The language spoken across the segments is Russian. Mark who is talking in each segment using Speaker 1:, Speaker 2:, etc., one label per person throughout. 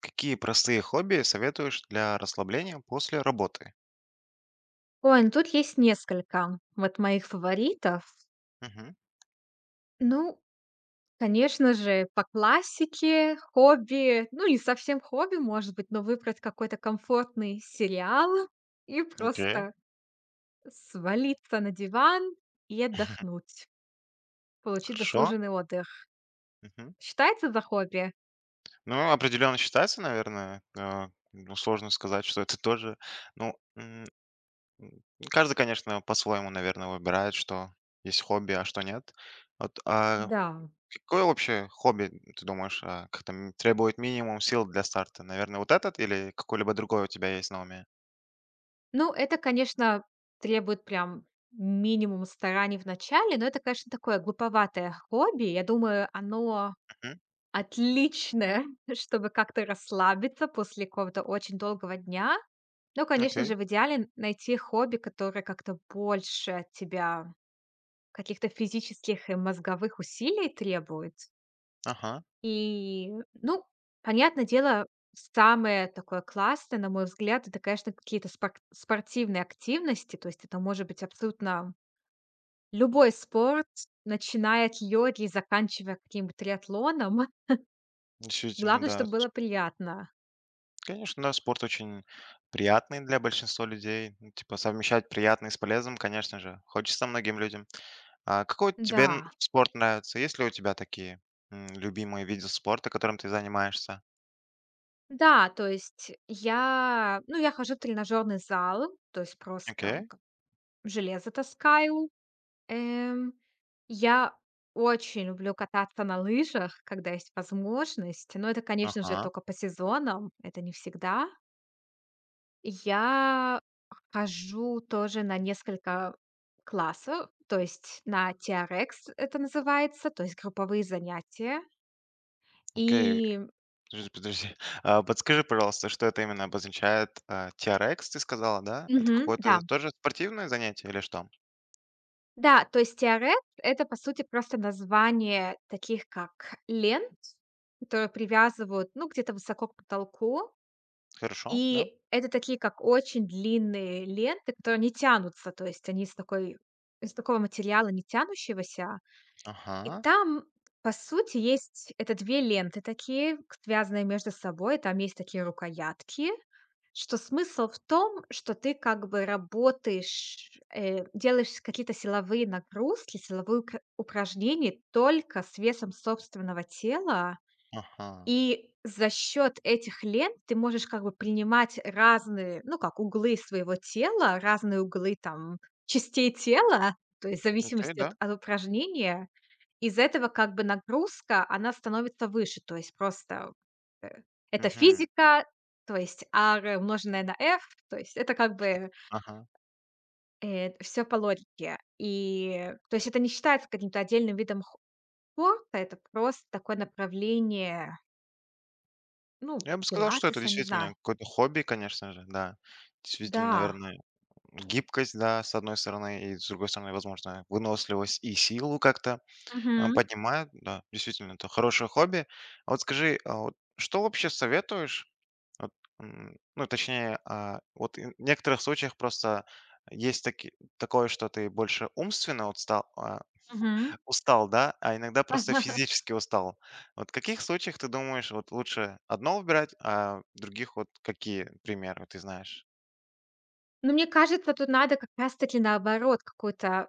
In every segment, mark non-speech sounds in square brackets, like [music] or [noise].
Speaker 1: Какие простые хобби советуешь для расслабления после работы?
Speaker 2: Ой, ну тут есть несколько вот моих фаворитов.
Speaker 1: Мгм.
Speaker 2: Ну, конечно же, по классике, хобби, ну, не совсем хобби, может быть, но выбрать какой-то комфортный сериал и
Speaker 1: Окей,
Speaker 2: просто свалиться на диван и отдохнуть, получить
Speaker 1: хорошо.
Speaker 2: заслуженный отдых.
Speaker 1: Мгм.
Speaker 2: Считается за хобби?
Speaker 1: Ну, определенно считается, наверное. Ну, сложно сказать, что это тоже. Ну, м, каждый, конечно, по-своему, наверное, выбирает, что есть хобби, а что нет. Вот, а
Speaker 2: Да.
Speaker 1: какое вообще хобби, ты думаешь, как-то требует минимум сил для старта? Наверное, вот этот или какой-либо другой у тебя есть на уме?
Speaker 2: Ну, это, конечно, требует прям минимум стараний в начале, но это, конечно, такое глуповатое хобби. Я думаю, оно
Speaker 1: Мгм.
Speaker 2: отличное, [laughs] чтобы как-то расслабиться после какого-то очень долгого дня. Ну, конечно же,
Speaker 1: Окей,
Speaker 2: в идеале найти хобби, которое как-то больше от тебя каких-то физических и мозговых усилий требует.
Speaker 1: ага.
Speaker 2: И, ну, понятное дело, самое такое классное, на мой взгляд, это, конечно, какие-то спортивные активности. То есть это может быть абсолютно любой спорт, начиная от йоги и заканчивая каким-то триатлоном. [laughs]
Speaker 1: Действительно,
Speaker 2: Главное,
Speaker 1: да.
Speaker 2: чтобы было приятно.
Speaker 1: Конечно, да, спорт очень приятный для большинства людей. Ну, типа совмещать приятное с полезным, конечно же, хочется многим людям. А какой тебе
Speaker 2: Да,
Speaker 1: спорт нравится? Есть ли у тебя такие любимые виды спорта, которым ты занимаешься?
Speaker 2: да, то есть я, ну, я хожу в тренажерный зал, то есть просто
Speaker 1: Окей,
Speaker 2: как железо таскаю. Эм, я очень люблю кататься на лыжах, когда есть возможность, но это, конечно же,
Speaker 1: ага,
Speaker 2: только по сезонам, это не всегда. Я хожу тоже на несколько классов, то есть на TRX это называется, то есть групповые занятия.
Speaker 1: окей.
Speaker 2: И
Speaker 1: Подожди, подожди. [laughs] Подскажи, пожалуйста, что это именно обозначает? TRX, ты сказала, да? Это
Speaker 2: мгм, да.
Speaker 1: какое-то тоже спортивное занятие или что?
Speaker 2: Да, то есть это, по сути, просто название таких, как лент, которые привязывают, ну, где-то высоко к потолку.
Speaker 1: Хорошо, да?
Speaker 2: И это такие, как очень длинные ленты, которые не тянутся, то есть они из такой из такого материала не тянущегося. И
Speaker 1: Ага,
Speaker 2: там, по сути, есть это 2 ленты такие, к связанные между собой. Там есть такие рукоятки, что смысл в том, что ты как бы работаешь, делаешь какие-то силовые нагрузки, силовые укр упражнения только с весом собственного тела.
Speaker 1: ага.
Speaker 2: И за счет этих лент ты можешь как бы принимать разные, ну, как углы своего тела, разные углы там частей тела, то есть в
Speaker 1: Окей,
Speaker 2: зависимости от
Speaker 1: да?
Speaker 2: от упражнения. Из-за этого как бы нагрузка, она становится выше. То есть просто это
Speaker 1: Угу.
Speaker 2: физика, то есть R умноженное на F, то есть это как бы, все всё по логике. И то есть это не считается каким-то отдельным видом хо спорта, это просто такое направление, ну,
Speaker 1: Я бы сказал, что это
Speaker 2: пилатеса, не знаю.
Speaker 1: действительно какое-то хобби, конечно же, да. Действительно,
Speaker 2: Да.
Speaker 1: наверное, гибкость, да, с одной стороны, и с другой стороны, возможно, выносливость и силу как-то
Speaker 2: Мгм.
Speaker 1: поднимает. Да, действительно, это хорошее хобби. А вот скажи, а вот что вообще советуешь? Вот, ну, точнее, вот и в некоторых случаях просто есть такое, что ты больше умственно вот стал, а,
Speaker 2: Мгм.
Speaker 1: Устал, да? А иногда просто
Speaker 2: [laughs]
Speaker 1: физически устал. Вот в каких случаях ты думаешь, вот лучше одно выбирать, а в других вот какие примеры ты знаешь?
Speaker 2: Но мне кажется, тут надо как раз таки наоборот какую-то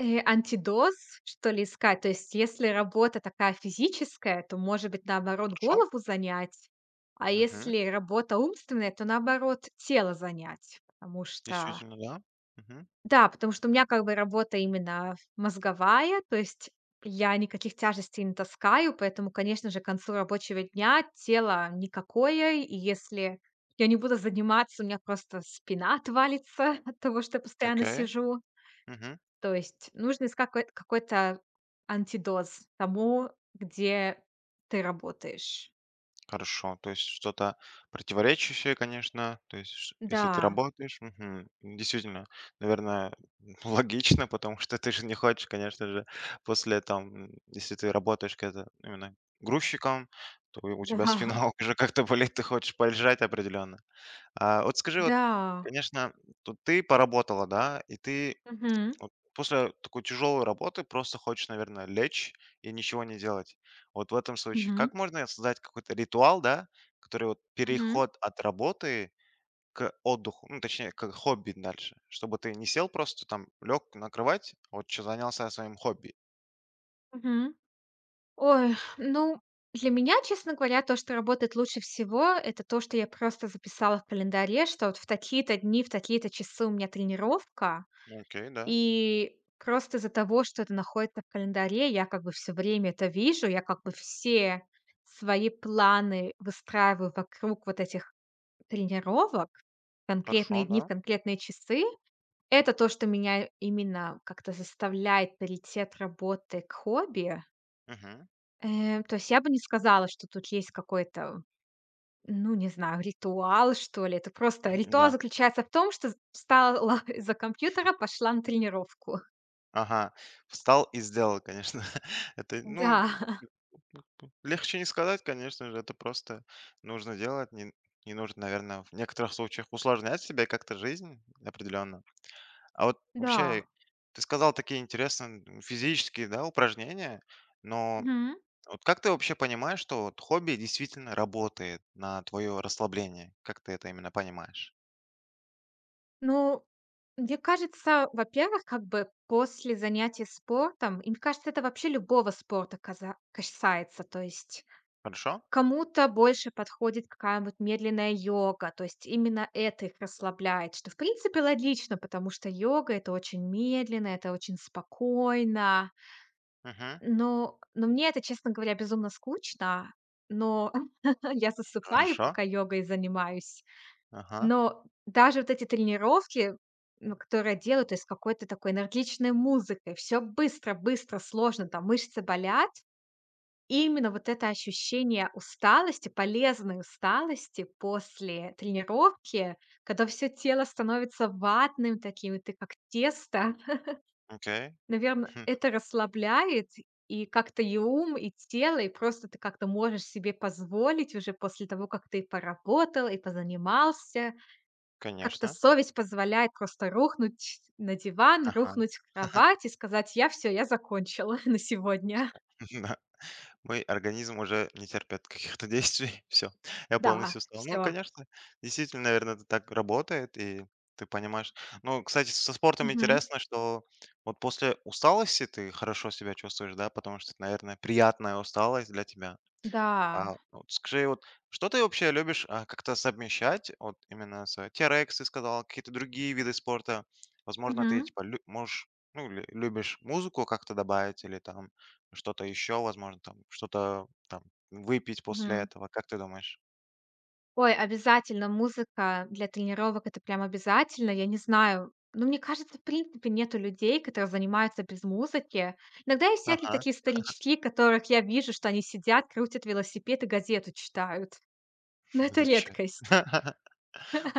Speaker 2: Антидоз, что ли, искать? То есть, если работа такая физическая, то, может быть, наоборот,
Speaker 1: Хорошо?
Speaker 2: голову занять, а
Speaker 1: Мгм.
Speaker 2: если работа умственная, то, наоборот, тело занять. Потому что
Speaker 1: Действительно, да. Мгм.
Speaker 2: да, потому что у меня как бы работа именно мозговая, то есть я никаких тяжестей не таскаю, поэтому, конечно же, к концу рабочего дня тело никакое, и если я не буду заниматься, у меня просто спина отвалится [laughs] от того, что я постоянно
Speaker 1: Окей.
Speaker 2: сижу.
Speaker 1: Мгм.
Speaker 2: То есть нужно искать какой-то антидоз тому, где ты работаешь.
Speaker 1: Хорошо, то есть что-то противоречащее, конечно. То есть, ш если ты
Speaker 2: Да,
Speaker 1: работаешь. Мгм. Действительно, наверное, [laughs] логично, потому что ты же не хочешь, конечно же, после там, если ты работаешь как-то именно грузчиком, то и у
Speaker 2: да,
Speaker 1: тебя спина
Speaker 2: [laughs]
Speaker 1: [laughs] уже как-то болит, ты хочешь полежать определенно. А вот скажи, вот,
Speaker 2: да.
Speaker 1: конечно, тут ты поработала, да, и ты
Speaker 2: Мгм.
Speaker 1: вот после такой тяжелой работы просто хочешь, наверное, лечь и ничего не делать. Вот в этом случае,
Speaker 2: Мгм.
Speaker 1: как можно создать какой-то ритуал, да, который вот
Speaker 2: Мгм.
Speaker 1: переход от работы к отдыху, ну, точнее, к хобби дальше, чтобы ты не сел просто там, лег на кровать, вот что занялся своим хобби.
Speaker 2: Мгм. Ой, ну, для меня, честно говоря, то, что работает лучше всего, это то, что я просто записала в календаре, что вот в такие-то дни, в такие-то часы у меня тренировка.
Speaker 1: Ну, окей, да,
Speaker 2: И просто из-за того, что это находится в календаре, я как бы все время это вижу, я как бы все свои планы выстраиваю вокруг вот этих тренировок,
Speaker 1: хорошо,
Speaker 2: конкретные дни в
Speaker 1: да.
Speaker 2: конкретные часы. Это то, что меня именно как-то заставляет перейти от работы к хобби.
Speaker 1: Мгм.
Speaker 2: То есть я бы не сказала, что тут есть какой-то, ну, не знаю, ритуал, что ли. Это просто
Speaker 1: [laughs]
Speaker 2: ритуал
Speaker 1: Да.
Speaker 2: заключается в том, что встала [laughs] из за компьютера, пошла на тренировку.
Speaker 1: Ага. Встал и сделал, конечно. [laughs] Это,
Speaker 2: Да.
Speaker 1: Ну, легче не сказать, конечно же, это просто нужно делать, не нужно, наверное, в некоторых случаях усложнять себе как-то жизнь определенно. А вот вообще,
Speaker 2: Да.
Speaker 1: ты сказал такие интересные физические, да, упражнения, но
Speaker 2: Мгм.
Speaker 1: вот как ты вообще понимаешь, что вот хобби действительно работает на твое расслабление? Как ты это именно понимаешь?
Speaker 2: Ну, мне кажется, во-первых, как бы после занятий спортом, и мне кажется, это вообще любого спорта каза касается, то есть
Speaker 1: Хорошо?
Speaker 2: кому-то больше подходит какая-нибудь медленная йога, то есть именно это их расслабляет, что в принципе логично, потому что йога — это очень медленно, это очень спокойно.
Speaker 1: Мгм.
Speaker 2: Но мне это, честно говоря, безумно скучно, но [laughs] я засыпаю,
Speaker 1: Хорошо.
Speaker 2: пока йогой занимаюсь.
Speaker 1: Ага.
Speaker 2: Но даже вот эти тренировки, ну, которые делают, то есть с какой-то такой энергичной музыкой, все быстро быстро, сложно, там мышцы болят. И именно вот это ощущение усталости, полезной усталости после тренировки, когда все тело становится ватным таким, и ты как тесто, [laughs]
Speaker 1: Окей.
Speaker 2: наверное,
Speaker 1: [laughs]
Speaker 2: это расслабляет и как-то и ум, и тело, и просто ты как-то можешь себе позволить уже после того, как ты поработал и позанимался. Как-то
Speaker 1: Конечно.
Speaker 2: совесть позволяет просто рухнуть на диван,
Speaker 1: Ага.
Speaker 2: рухнуть в
Speaker 1: [laughs]
Speaker 2: кровать и сказать: "Я все, я закончила [laughs] на сегодня".
Speaker 1: Да. Мой организм уже не терпит каких-то действий. [laughs] Все. Я
Speaker 2: Да,
Speaker 1: полностью устал. Ну,
Speaker 2: все.
Speaker 1: конечно, действительно, наверное, это так работает, и ты понимаешь. Ну, кстати, со спортом интересно, что вот после усталости ты хорошо себя чувствуешь, да? Потому что это, наверное, приятная усталость для тебя.
Speaker 2: Да.
Speaker 1: А ну, вот скажи, вот что ты вообще любишь, как-то совмещать? Вот именно с TRX ты сказал, какие-то другие виды спорта. Возможно, ты
Speaker 2: Мгм.
Speaker 1: типа можешь, ну, любишь музыку как-то добавить или там что-то еще, возможно, там что-то там выпить после
Speaker 2: Мгм.
Speaker 1: этого. Как ты думаешь?
Speaker 2: Ой, обязательно музыка для тренировок — это прям обязательно. Я не знаю, ну, мне кажется, в принципе, нету людей, которые занимаются без музыки. Иногда есть всякие
Speaker 1: Ага,
Speaker 2: такие старички, которых я вижу, что они сидят, крутят велосипед и газету читают, но
Speaker 1: [laughs]
Speaker 2: это
Speaker 1: ничего.
Speaker 2: редкость.
Speaker 1: [laughs]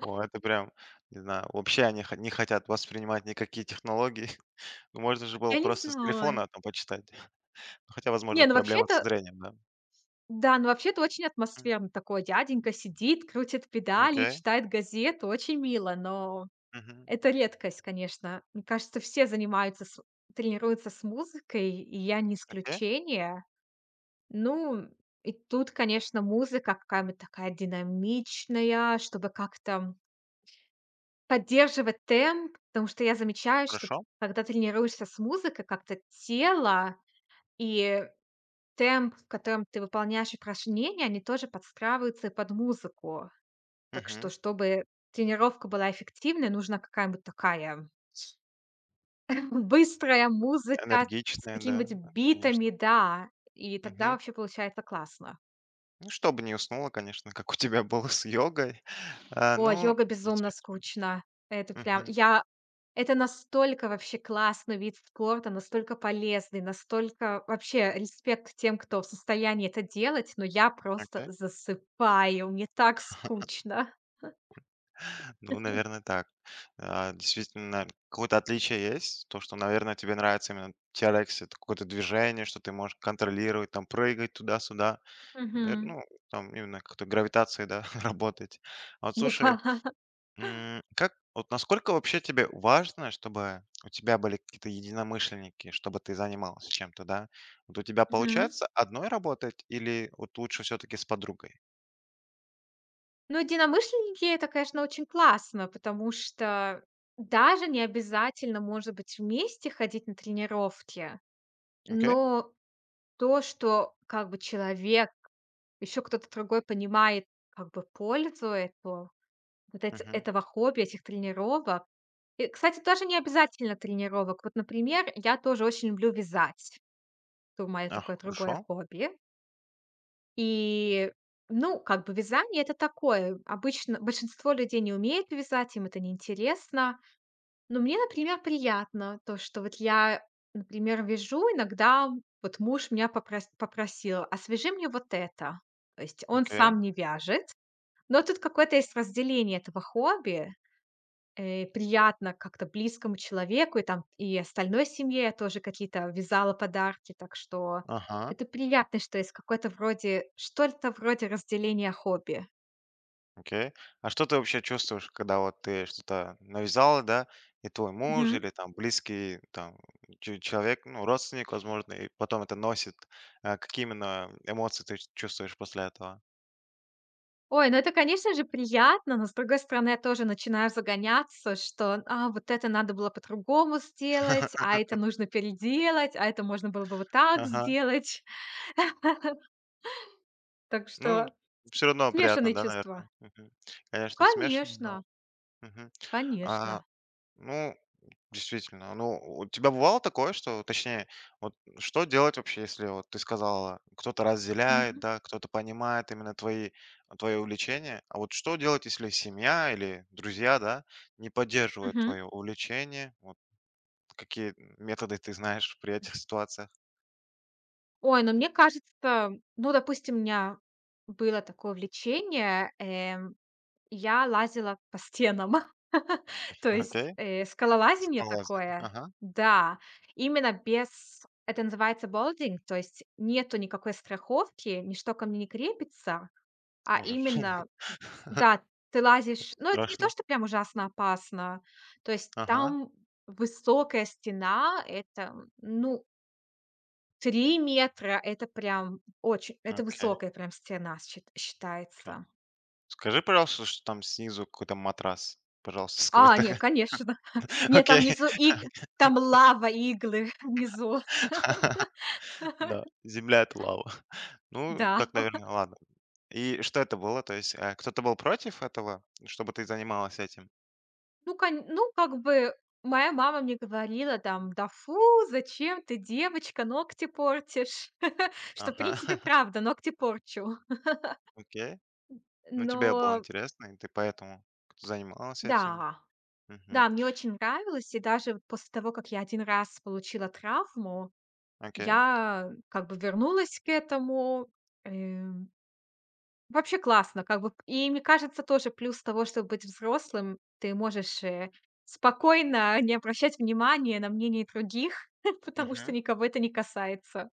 Speaker 1: О, это прям, не знаю, вообще они не хотят воспринимать никакие технологии. [laughs] Ну, можно же было
Speaker 2: Я не
Speaker 1: просто с
Speaker 2: знаю.
Speaker 1: телефона там почитать. [laughs] Хотя,
Speaker 2: Не,
Speaker 1: возможно,
Speaker 2: ну вообще
Speaker 1: проблема со
Speaker 2: это
Speaker 1: зрением, да?
Speaker 2: да, ну вообще-то очень
Speaker 1: М,
Speaker 2: атмосферно. Такой дяденька сидит, крутит педали,
Speaker 1: окей.
Speaker 2: читает газету. Очень мило, но
Speaker 1: Мгм,
Speaker 2: это редкость, конечно. Мне кажется, все занимаются, тренируются с музыкой, и я не
Speaker 1: окей.
Speaker 2: исключение. Ну, и тут, конечно, музыка какая-нибудь такая динамичная, чтобы как-то поддерживать темп, потому что я замечаю, что
Speaker 1: Хорошо.
Speaker 2: когда тренируешься с музыкой, как-то тело и темп, в котором ты выполняешь упражнения, они тоже подстраиваются и под музыку. Так что,
Speaker 1: Мгм.
Speaker 2: чтобы тренировка была эффективной, нужна какая-нибудь такая [laughs] быстрая музыка с
Speaker 1: Энергичная, да,
Speaker 2: какими-нибудь
Speaker 1: конечно.
Speaker 2: битами, да, и тогда
Speaker 1: Мгм.
Speaker 2: вообще получается классно.
Speaker 1: Ну, чтобы не уснула, конечно, как у тебя было с йогой. А,
Speaker 2: О,
Speaker 1: ну,
Speaker 2: йога безумно
Speaker 1: действительно.
Speaker 2: скучно. Это прям
Speaker 1: Мгм.
Speaker 2: я это настолько вообще классный вид спорта, настолько полезный, настолько вообще респект тем, кто в состоянии это делать, но я просто
Speaker 1: Окей.
Speaker 2: засыпаю, мне так скучно.
Speaker 1: Ну, наверное, так. Действительно, какое-то отличие есть. То, что, наверное, тебе нравится именно TRX, это какое-то движение, что ты можешь контролировать, там, прыгать туда-сюда.
Speaker 2: Мгм.
Speaker 1: Ну, там именно как-то гравитацией, да, [laughs] работать. А вот
Speaker 2: Да.
Speaker 1: слушай,
Speaker 2: [laughs]
Speaker 1: Как, вот насколько вообще тебе важно, чтобы у тебя были какие-то единомышленники, чтобы ты занималась чем-то, да? Вот у тебя
Speaker 2: Мгм.
Speaker 1: получается одной работать или вот лучше все-таки с подругой?
Speaker 2: Ну, единомышленники — это, конечно, очень классно, потому что даже не обязательно, может быть, вместе ходить на тренировки,
Speaker 1: Окей?
Speaker 2: но то, что как бы человек, еще кто-то другой понимает как бы пользу этого вот эти
Speaker 1: Мгм.
Speaker 2: этого хобби, этих тренировок. И, кстати, тоже не обязательно тренировок. Вот, например, я тоже очень люблю вязать. Это мое такое другое
Speaker 1: Хорошо.
Speaker 2: хобби. И, ну, как бы вязание — это такое. Обычно большинство людей не умеет вязать, им это неинтересно. Но мне, например, приятно то, что вот я, например, вяжу иногда, вот муж меня попросил: "А свяжи мне вот это". То есть он
Speaker 1: Окей.
Speaker 2: сам не вяжет, но тут какое-то есть разделение этого хобби, приятно как-то близкому человеку, и там и остальной семье я тоже какие-то вязала подарки, так что
Speaker 1: Ага.
Speaker 2: это приятно, что есть какое-то вроде что-то вроде разделения хобби.
Speaker 1: Окей. А что ты вообще чувствуешь, когда вот ты что-то навязала, да, и твой муж
Speaker 2: Мгм.
Speaker 1: или там близкий там человек, ну, родственник, возможно, и потом это носит. Какие именно эмоции ты чувствуешь после этого?
Speaker 2: Ой, ну это, конечно же, приятно, но, с другой стороны, я тоже начинаю загоняться, что вот это надо было по-другому сделать,
Speaker 1: [laughs]
Speaker 2: а это нужно переделать, а это можно было бы вот так
Speaker 1: Ага.
Speaker 2: сделать. [laughs] Так
Speaker 1: Ну,
Speaker 2: что
Speaker 1: все равно приятно,
Speaker 2: смешанные
Speaker 1: да,
Speaker 2: чувства.
Speaker 1: наверное? Мгм. Конечно, смешно, но.
Speaker 2: Конечно,
Speaker 1: Мгм. А,
Speaker 2: конечно.
Speaker 1: ну, действительно, ну, у тебя бывало такое, что, точнее, вот что делать вообще, если вот ты сказала, кто-то разделяет,
Speaker 2: Мгм.
Speaker 1: да, кто-то понимает именно твои твое увлечение. А вот что делать, если семья или друзья, да, не поддерживают
Speaker 2: Мгм.
Speaker 1: твое увлечение? Вот какие методы ты знаешь при этих ситуациях?
Speaker 2: Ой, ну, мне кажется, ну, допустим, у меня было такое увлечение, я лазила по стенам. [laughs] То есть,
Speaker 1: Окей,
Speaker 2: скалолазение
Speaker 1: скалолазание.
Speaker 2: такое.
Speaker 1: Ага,
Speaker 2: Да, именно без это называется болдинг, то есть нету никакой страховки, ничто ко мне не крепится, а
Speaker 1: ужас.
Speaker 2: именно,
Speaker 1: [laughs] Это
Speaker 2: да, ты лазишь. Ну это не то,
Speaker 1: страшно.
Speaker 2: что прям ужасно опасно. То есть
Speaker 1: Ага.
Speaker 2: там высокая стена, это, ну, 3 метра — это прям очень это
Speaker 1: Окей,
Speaker 2: высокая прям стена
Speaker 1: окей.
Speaker 2: считается.
Speaker 1: Скажи, пожалуйста, что там снизу какой-то матрас. Пожалуйста, скажи
Speaker 2: А,
Speaker 1: так.
Speaker 2: нет, конечно. [laughs]
Speaker 1: [laughs]
Speaker 2: Нет, там
Speaker 1: Окей.
Speaker 2: внизу иг там лава, иглы [laughs] внизу,
Speaker 1: [laughs] Да, земля- это лава. Ну,
Speaker 2: да.
Speaker 1: так, наверное, ладно. И что это было? То есть, кто-то был против этого, чтобы ты занималась этим?
Speaker 2: Ну, кон ну, как бы моя мама мне говорила там: "Да фу, зачем ты, девочка, ногти портишь?" [laughs] Что, в
Speaker 1: Ага,
Speaker 2: принципе,
Speaker 1: [laughs]
Speaker 2: правда, ногти порчу.
Speaker 1: окей. Ну,
Speaker 2: Но
Speaker 1: тебе было интересно, и ты поэтому занималась этим.
Speaker 2: да,
Speaker 1: Мгм.
Speaker 2: да, мне очень нравилось. И даже вот после того, как я один раз получила травму,
Speaker 1: Окей.
Speaker 2: я как бы вернулась к этому. Эм, вообще классно, как бы. И мне кажется, тоже плюс того, чтобы быть взрослым, ты можешь, спокойно не обращать внимания на мнение других, [laughs] потому что
Speaker 1: Мгм.
Speaker 2: никого это не касается.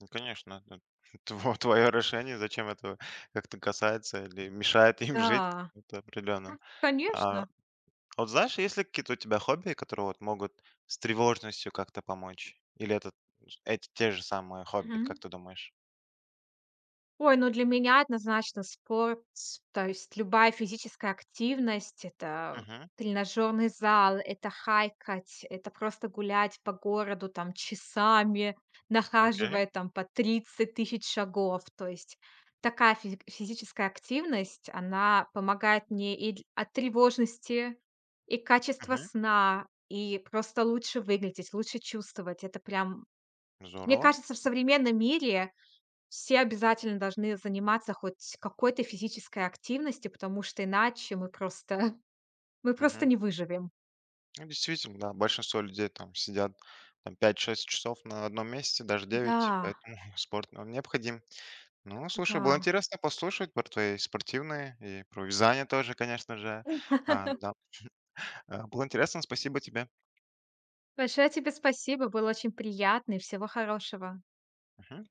Speaker 1: Ну, конечно, это [laughs] твоё решение, зачем это как-то касается или мешает [laughs] им жить,
Speaker 2: Да,
Speaker 1: это определенно. А А
Speaker 2: конечно.
Speaker 1: вот знаешь, есть ли какие-то у тебя хобби, которые вот могут с тревожностью как-то помочь? Или эти те же самые хобби, как ты думаешь?
Speaker 2: Ой, ну, для меня однозначно спорт, то есть любая физическая активность — это
Speaker 1: Мгм.
Speaker 2: тренажерный зал, это хайкать, это просто гулять по городу там часами,
Speaker 1: Окей.
Speaker 2: нахаживая там по 30 000 шагов. То есть такая физическая активность, она помогает мне и дл от тревожности, и качества
Speaker 1: Мгм.
Speaker 2: сна, и просто лучше выглядеть, лучше чувствовать. Это прям, мне
Speaker 1: Здорово.
Speaker 2: кажется, в современном мире все обязательно должны заниматься хоть какой-то физической активностью, потому что иначе мы просто [laughs] мы просто
Speaker 1: Мгм.
Speaker 2: не выживем.
Speaker 1: Ну, действительно, да, большинство людей там сидят там 5-6 часов на одном месте, даже 9,
Speaker 2: Да,
Speaker 1: поэтому [laughs] спорт нам необходим. Ну, слушай, было
Speaker 2: да.
Speaker 1: интересно послушать про твои спортивные и про вязание тоже, конечно же.
Speaker 2: [laughs]
Speaker 1: А, да. Было интересно, спасибо тебе.
Speaker 2: Большое тебе спасибо, было очень приятно и всего хорошего.
Speaker 1: Мгм.